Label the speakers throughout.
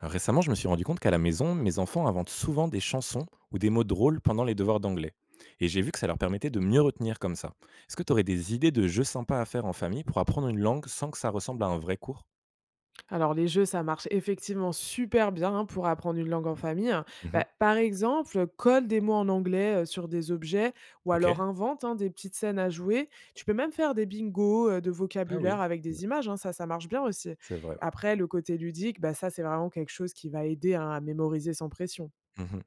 Speaker 1: Alors, récemment, je me suis rendu compte qu'à la maison, mes enfants inventent souvent des chansons ou des mots drôles pendant les devoirs d'anglais. Et j'ai vu que ça leur permettait de mieux retenir comme ça. Est-ce que tu aurais des idées de jeux sympas à faire en famille pour apprendre une langue sans que ça ressemble à un vrai cours?
Speaker 2: Alors les jeux, ça marche effectivement super bien hein, pour apprendre une langue en famille, hein.
Speaker 1: Mhm.
Speaker 2: Bah, par exemple, colle des mots en anglais sur des objets ou
Speaker 1: Ok.
Speaker 2: alors invente, hein, des petites scènes à jouer. Tu peux même faire des bingos de
Speaker 1: Ah
Speaker 2: vocabulaire
Speaker 1: oui.
Speaker 2: avec
Speaker 1: Ouais,
Speaker 2: des images, hein, ça marche bien aussi.
Speaker 1: c'est vrai, ouais.
Speaker 2: Après, le côté ludique, bah, ça, c'est vraiment quelque chose qui va aider, hein, à mémoriser sans pression.
Speaker 1: Mhm.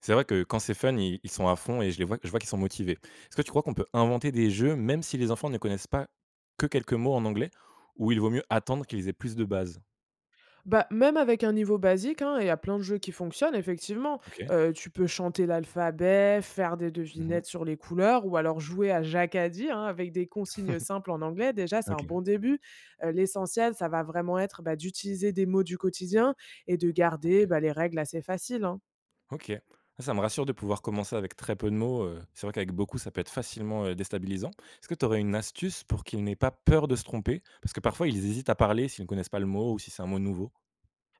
Speaker 1: C'est vrai que quand c'est fun, ils sont à fond et je les vois, je vois qu'ils sont motivés. Est-ce que tu crois qu'on peut inventer des jeux même si les enfants ne connaissent pas que quelques mots en anglais, ou il vaut mieux attendre qu'ils aient plus de bases?
Speaker 2: Bah, même avec un niveau basique, hein, il y a plein de jeux qui fonctionnent effectivement.
Speaker 1: Ok.
Speaker 2: Tu peux chanter l'alphabet, faire des
Speaker 1: Mhm.
Speaker 2: devinettes sur les couleurs ou alors jouer à Jacadie, hein, avec des consignes simples en anglais. Déjà, c'est
Speaker 1: Ok.
Speaker 2: un bon début. L'essentiel, ça va vraiment être, bah, d'utiliser des mots du quotidien et de
Speaker 1: Ok.
Speaker 2: garder, bah, les règles assez faciles, hein.
Speaker 1: Ok. Ah, ça me rassure de pouvoir commencer avec très peu de mots, c'est vrai qu'avec beaucoup, ça peut être facilement déstabilisant. Est-ce que tu aurais une astuce pour qu'ils n'aient pas peur de se tromper? Parce que parfois, ils hésitent à parler s'ils ne connaissent pas le mot ou si c'est un mot nouveau.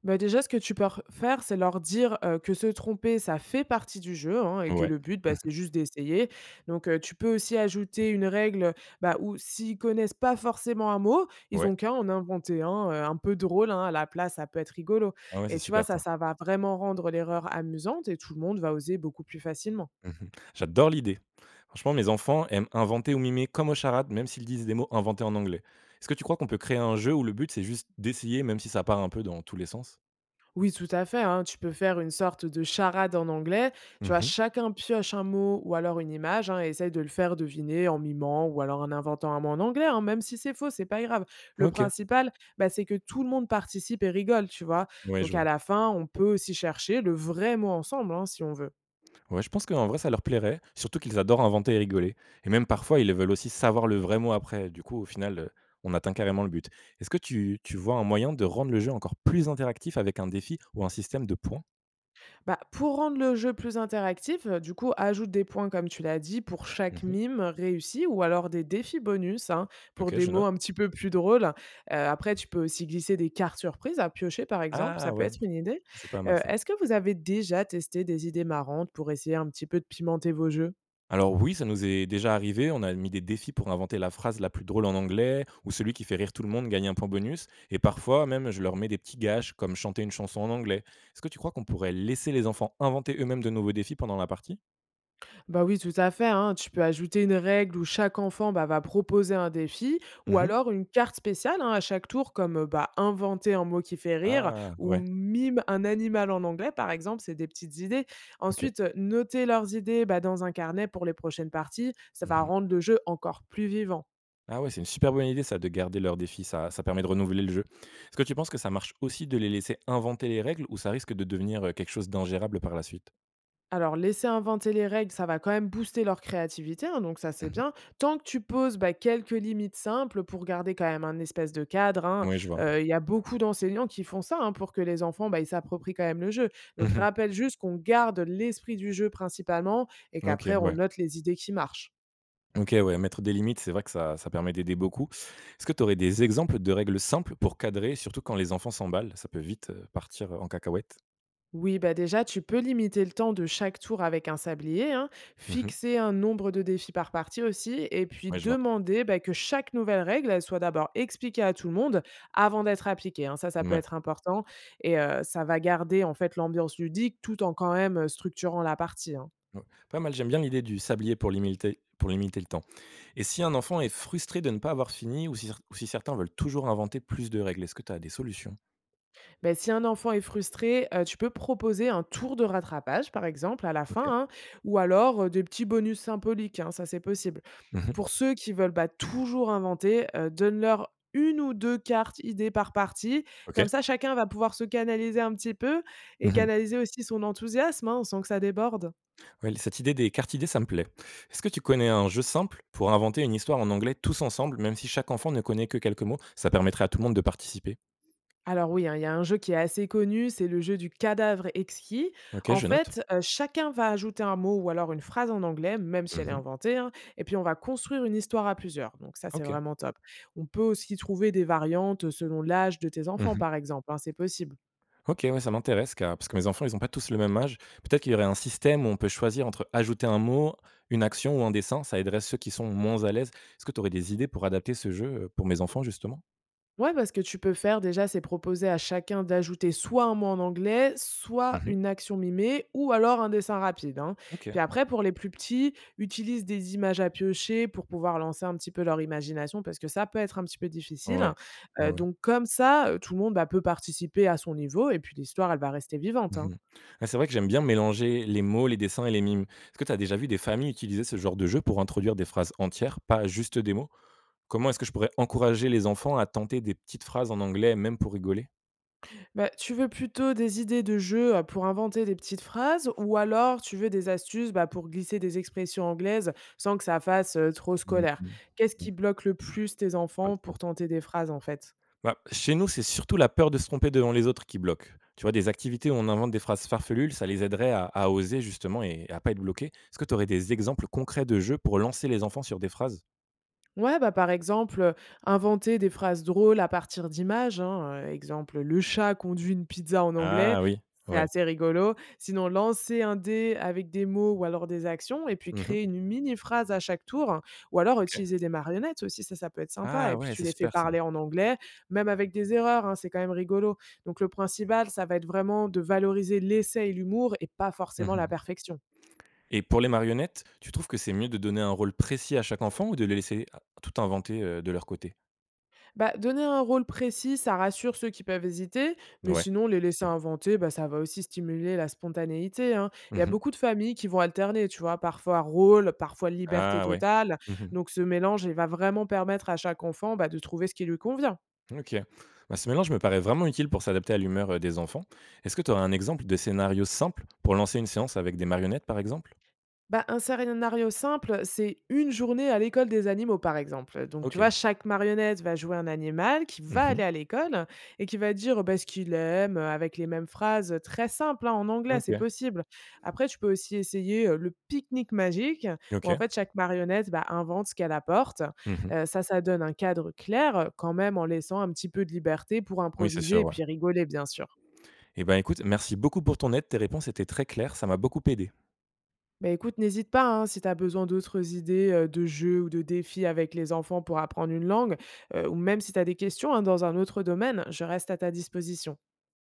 Speaker 2: Bah, déjà, ce que tu peux r faire, c'est leur dire, que se tromper, ça fait partie du jeu, hein, et que
Speaker 1: Ouais.
Speaker 2: le but, bah,
Speaker 1: Mmh.
Speaker 2: c'est juste d'essayer. Donc, tu peux aussi ajouter une règle, bah, où s'ils connaissent pas forcément un mot, ils
Speaker 1: Ouais.
Speaker 2: ont qu'à en inventer un peu drôle, hein, à la place, ça peut être rigolo.
Speaker 1: Ah ouais, c'est
Speaker 2: Et tu vois,
Speaker 1: super
Speaker 2: ça,
Speaker 1: ça.
Speaker 2: ça va vraiment rendre l'erreur amusante et tout le monde va oser beaucoup plus facilement.
Speaker 1: Mmh. J'adore l'idée. Franchement, mes enfants aiment inventer ou mimer comme aux charades, même s'ils disent des mots inventés en anglais. Est-ce que tu crois qu'on peut créer un jeu où le but, c'est juste d'essayer, même si ça part un peu dans tous les sens?
Speaker 2: Oui, tout à fait, hein. Tu peux faire une sorte de charade en anglais. Tu vois,
Speaker 1: Mmh.
Speaker 2: chacun pioche un mot ou alors une image, hein, et essaye de le faire deviner en mimant ou alors en inventant un mot en anglais, hein, même si c'est faux, c'est pas grave. Le
Speaker 1: Ok.
Speaker 2: principal, bah, c'est que tout le monde participe et rigole, tu vois?
Speaker 1: Ouais, je
Speaker 2: Donc à
Speaker 1: vois.
Speaker 2: la fin, on peut aussi chercher le vrai mot ensemble, hein, si on veut.
Speaker 1: Ouais, je pense qu'en vrai, ça leur plairait, surtout qu'ils adorent inventer et rigoler. Et même parfois, ils veulent aussi savoir le vrai mot après. Du coup, au final, on atteint carrément le but. Est-ce que tu vois un moyen de rendre le jeu encore plus interactif avec un défi ou un système de points?
Speaker 2: Bah, pour rendre le jeu plus interactif, du coup, ajoute des points, comme tu l'as dit, pour chaque
Speaker 1: Mmh.
Speaker 2: mime réussi ou alors des défis bonus, hein, pour
Speaker 1: Ok,
Speaker 2: des
Speaker 1: je
Speaker 2: mots
Speaker 1: note.
Speaker 2: un petit peu plus drôles. Après, tu peux aussi glisser des cartes surprises à piocher, par exemple,
Speaker 1: Ah
Speaker 2: ça peut
Speaker 1: ouais,
Speaker 2: être une idée.
Speaker 1: c'est pas mal ça.
Speaker 2: Est-ce que vous avez déjà testé des idées marrantes pour essayer un petit peu de pimenter vos jeux?
Speaker 1: Alors oui, ça nous est déjà arrivé, on a mis des défis pour inventer la phrase la plus drôle en anglais, ou celui qui fait rire tout le monde gagne un point bonus, et parfois même, je leur mets des petits gâches comme chanter une chanson en anglais. Est-ce que tu crois qu'on pourrait laisser les enfants inventer eux-mêmes de nouveaux défis pendant la partie?
Speaker 2: Bah oui, tout à fait, hein. Tu peux ajouter une règle où chaque enfant, bah, va proposer un défi, ou
Speaker 1: Mmh.
Speaker 2: alors une carte spéciale, hein, à chaque tour, comme bah, inventer un mot qui fait rire,
Speaker 1: Ah!
Speaker 2: ou
Speaker 1: Ouais,
Speaker 2: mime un animal en anglais, par exemple, c'est des petites idées.
Speaker 1: ok.
Speaker 2: Ensuite, noter leurs idées, bah, dans un carnet pour les prochaines parties, ça va
Speaker 1: Mmh.
Speaker 2: rendre le jeu encore plus vivant.
Speaker 1: Ah ouais, c'est une super bonne idée ça, de garder leurs défis, ça permet de renouveler le jeu. Est-ce que tu penses que ça marche aussi de les laisser inventer les règles, ou ça risque de devenir quelque chose d'ingérable par la suite?
Speaker 2: Alors, laisser inventer les règles, ça va quand même booster leur créativité, hein, donc ça
Speaker 1: Mmh
Speaker 2: c'est
Speaker 1: mh.
Speaker 2: bien. Tant que tu poses, bah, quelques limites simples pour garder quand même un espèce de cadre, hein,
Speaker 1: Ouais, je vois.
Speaker 2: il y a beaucoup d'enseignants qui font ça, hein, pour que les enfants, bah, ils s'approprient quand même le jeu. Donc
Speaker 1: Mmh.
Speaker 2: rappelle juste qu'on garde l'esprit du jeu principalement et
Speaker 1: Ok,
Speaker 2: qu'après on
Speaker 1: ouais.
Speaker 2: note les idées qui marchent.
Speaker 1: Ok, ouais, mettre des limites, c'est vrai que ça permet d'aider beaucoup. Est-ce que tu aurais des exemples de règles simples pour cadrer, surtout quand les enfants s'emballent? Ça peut vite, partir en cacahuète.
Speaker 2: Oui, bah déjà, tu peux limiter le temps de chaque tour avec un sablier, hein,
Speaker 1: Mmh.
Speaker 2: fixer un nombre de défis par partie aussi, et puis
Speaker 1: Ouais, je vois.
Speaker 2: demander, bah, que chaque nouvelle règle elle soit d'abord expliquée à tout le monde avant d'être appliquée, hein. Ça peut
Speaker 1: Mouais.
Speaker 2: être important et ça va garder en fait l'ambiance ludique tout en quand même structurant la partie, hein.
Speaker 1: Ouais. Pas mal, j'aime bien l'idée du sablier pour limiter le temps. Et si un enfant est frustré de ne pas avoir fini, ou si ou si certains veulent toujours inventer plus de règles, est-ce que tu as des solutions?
Speaker 2: Ben si un enfant est frustré, tu peux proposer un tour de rattrapage, par exemple, à la
Speaker 1: Ok.
Speaker 2: fin, hein, ou alors, des petits bonus symboliques, hein, ça c'est possible.
Speaker 1: Mmh.
Speaker 2: Pour ceux qui veulent, pas toujours inventer, donne-leur une ou 2 cartes idées par partie.
Speaker 1: Ok.
Speaker 2: Comme ça, chacun va pouvoir se canaliser un petit peu et
Speaker 1: Mmh.
Speaker 2: canaliser aussi son enthousiasme, hein, sans que ça déborde.
Speaker 1: Ouais, cette idée des cartes idées, ça me plaît. Est-ce que tu connais un jeu simple pour inventer une histoire en anglais tous ensemble, même si chaque enfant ne connaît que quelques mots? Ça permettrait à tout le monde de participer.
Speaker 2: Alors oui, hein, il y a un jeu qui est assez connu, c'est le jeu du cadavre exquis.
Speaker 1: Ok,
Speaker 2: En
Speaker 1: je note.
Speaker 2: fait, chacun va ajouter un mot ou alors une phrase en anglais, même si elle est
Speaker 1: Mmh.
Speaker 2: inventée, hein, et puis on va construire une histoire à plusieurs. Donc ça, c'est
Speaker 1: Ok.
Speaker 2: vraiment top. On peut aussi trouver des variantes selon l'âge de tes enfants,
Speaker 1: Mmh.
Speaker 2: par exemple, hein, c'est possible.
Speaker 1: Ok, ouais, ça m'intéresse car parce que mes enfants, ils n'ont pas tous le même âge. Peut-être qu'il y aurait un système où on peut choisir entre ajouter un mot, une action ou un dessin. Ça aiderait ceux qui sont moins à l'aise. Est-ce que tu aurais des idées pour adapter ce jeu, pour mes enfants justement?
Speaker 2: Ouais, parce que tu peux faire déjà, c'est proposer à chacun d'ajouter soit un mot en anglais,
Speaker 1: Mmh
Speaker 2: soit
Speaker 1: mh.
Speaker 2: une action mimée, ou alors un dessin rapide, hein.
Speaker 1: Ok.
Speaker 2: Puis après, pour les plus petits, utilise des images à piocher pour pouvoir lancer un petit peu leur imagination, parce que ça peut être un petit peu difficile, hein.
Speaker 1: Ouais. Ouais, ouais.
Speaker 2: Donc comme ça, tout le monde, bah, peut participer à son niveau et puis l'histoire, elle va rester vivante,
Speaker 1: Mmh
Speaker 2: hein.
Speaker 1: mh. Ah, c'est vrai que j'aime bien mélanger les mots, les dessins et les mimes. Est-ce que tu as déjà vu des familles utiliser ce genre de jeu pour introduire des phrases entières, pas juste des mots? Comment est-ce que je pourrais encourager les enfants à tenter des petites phrases en anglais, même pour rigoler?
Speaker 2: Bah, tu veux plutôt des idées de jeux pour inventer des petites phrases ou alors tu veux des astuces, bah, pour glisser des expressions anglaises sans que ça fasse trop
Speaker 1: Mmh
Speaker 2: scolaire?
Speaker 1: mh.
Speaker 2: Qu'est-ce
Speaker 1: Ouais,
Speaker 2: qui bloque le plus tes
Speaker 1: pas
Speaker 2: enfants
Speaker 1: trop.
Speaker 2: pour tenter des phrases en fait?
Speaker 1: Bah, chez nous, c'est surtout la peur de se tromper devant les autres qui bloque. Tu vois, des activités où on invente des phrases farfelues, ça les aiderait à oser justement et à pas être bloqué. Est-ce que tu aurais des exemples concrets de jeux pour lancer les enfants sur des phrases?
Speaker 2: Ouais, bah, par exemple, inventer des phrases drôles à partir d'images, hein, exemple, le chat conduit une pizza en anglais.
Speaker 1: Ah oui,
Speaker 2: C'est
Speaker 1: ouais.
Speaker 2: assez rigolo. Sinon, lancer un dé avec des mots ou alors des actions et puis
Speaker 1: Mmh mh.
Speaker 2: créer une mini phrase à chaque tour ou alors
Speaker 1: Ok.
Speaker 2: utiliser des marionnettes aussi, ça peut être sympa
Speaker 1: Ah
Speaker 2: et puis
Speaker 1: ouais,
Speaker 2: tu
Speaker 1: c'est
Speaker 2: les fais
Speaker 1: super ça.
Speaker 2: parler en anglais, même avec des erreurs, hein, c'est quand même rigolo. Donc le principal, ça va être vraiment de valoriser l'essai et l'humour et pas forcément la
Speaker 1: Mmh.
Speaker 2: perfection.
Speaker 1: Et pour les marionnettes, tu trouves que c'est mieux de donner un rôle précis à chaque enfant ou de les laisser a tout inventer, de leur côté?
Speaker 2: Bah, donner un rôle précis, ça rassure ceux qui peuvent hésiter, mais
Speaker 1: Ouais,
Speaker 2: sinon, les
Speaker 1: c'est
Speaker 2: laisser
Speaker 1: sûr.
Speaker 2: inventer, bah, ça va aussi stimuler la spontanéité, hein. Il y a
Speaker 1: Mmh.
Speaker 2: beaucoup de familles qui vont alterner, tu vois, parfois rôle, parfois liberté
Speaker 1: Ah ouais.
Speaker 2: totale.
Speaker 1: Mmh.
Speaker 2: Donc, ce mélange, il va vraiment permettre à chaque enfant, bah, de trouver ce qui lui convient.
Speaker 1: Ok. Bah, ce mélange me paraît vraiment utile pour s'adapter à l'humeur des enfants. Est-ce que tu aurais un exemple de scénario simple pour lancer une séance avec des marionnettes, par exemple?
Speaker 2: Bah, un scénario simple, c'est une journée à l'école des animaux, par exemple. Donc, tu
Speaker 1: Ok.
Speaker 2: vois, chaque marionnette va jouer un animal qui va
Speaker 1: Mmh.
Speaker 2: aller à l'école et qui va dire, bah, ce qu'il aime, avec les mêmes phrases très simples, hein, en anglais, c'est
Speaker 1: Ok.
Speaker 2: possible. Après, tu peux aussi essayer le pique-nique magique où en
Speaker 1: Ok.
Speaker 2: fait chaque marionnette, bah, invente ce qu'elle apporte.
Speaker 1: Mmh.
Speaker 2: Ça, ça donne un cadre clair, quand même en laissant un petit peu de liberté pour
Speaker 1: Oui, c'est
Speaker 2: improviser
Speaker 1: sûr,
Speaker 2: et
Speaker 1: ouais.
Speaker 2: puis rigoler, bien sûr.
Speaker 1: Et ben, écoute, merci beaucoup pour ton aide. Tes réponses étaient très claires, ça m'a beaucoup aidé.
Speaker 2: Bah, écoute, n'hésite pas, hein, si tu as besoin d'autres idées, de jeux ou de défis avec les enfants pour apprendre une langue, ou même si tu as des questions, hein, dans un autre domaine, je reste à ta disposition.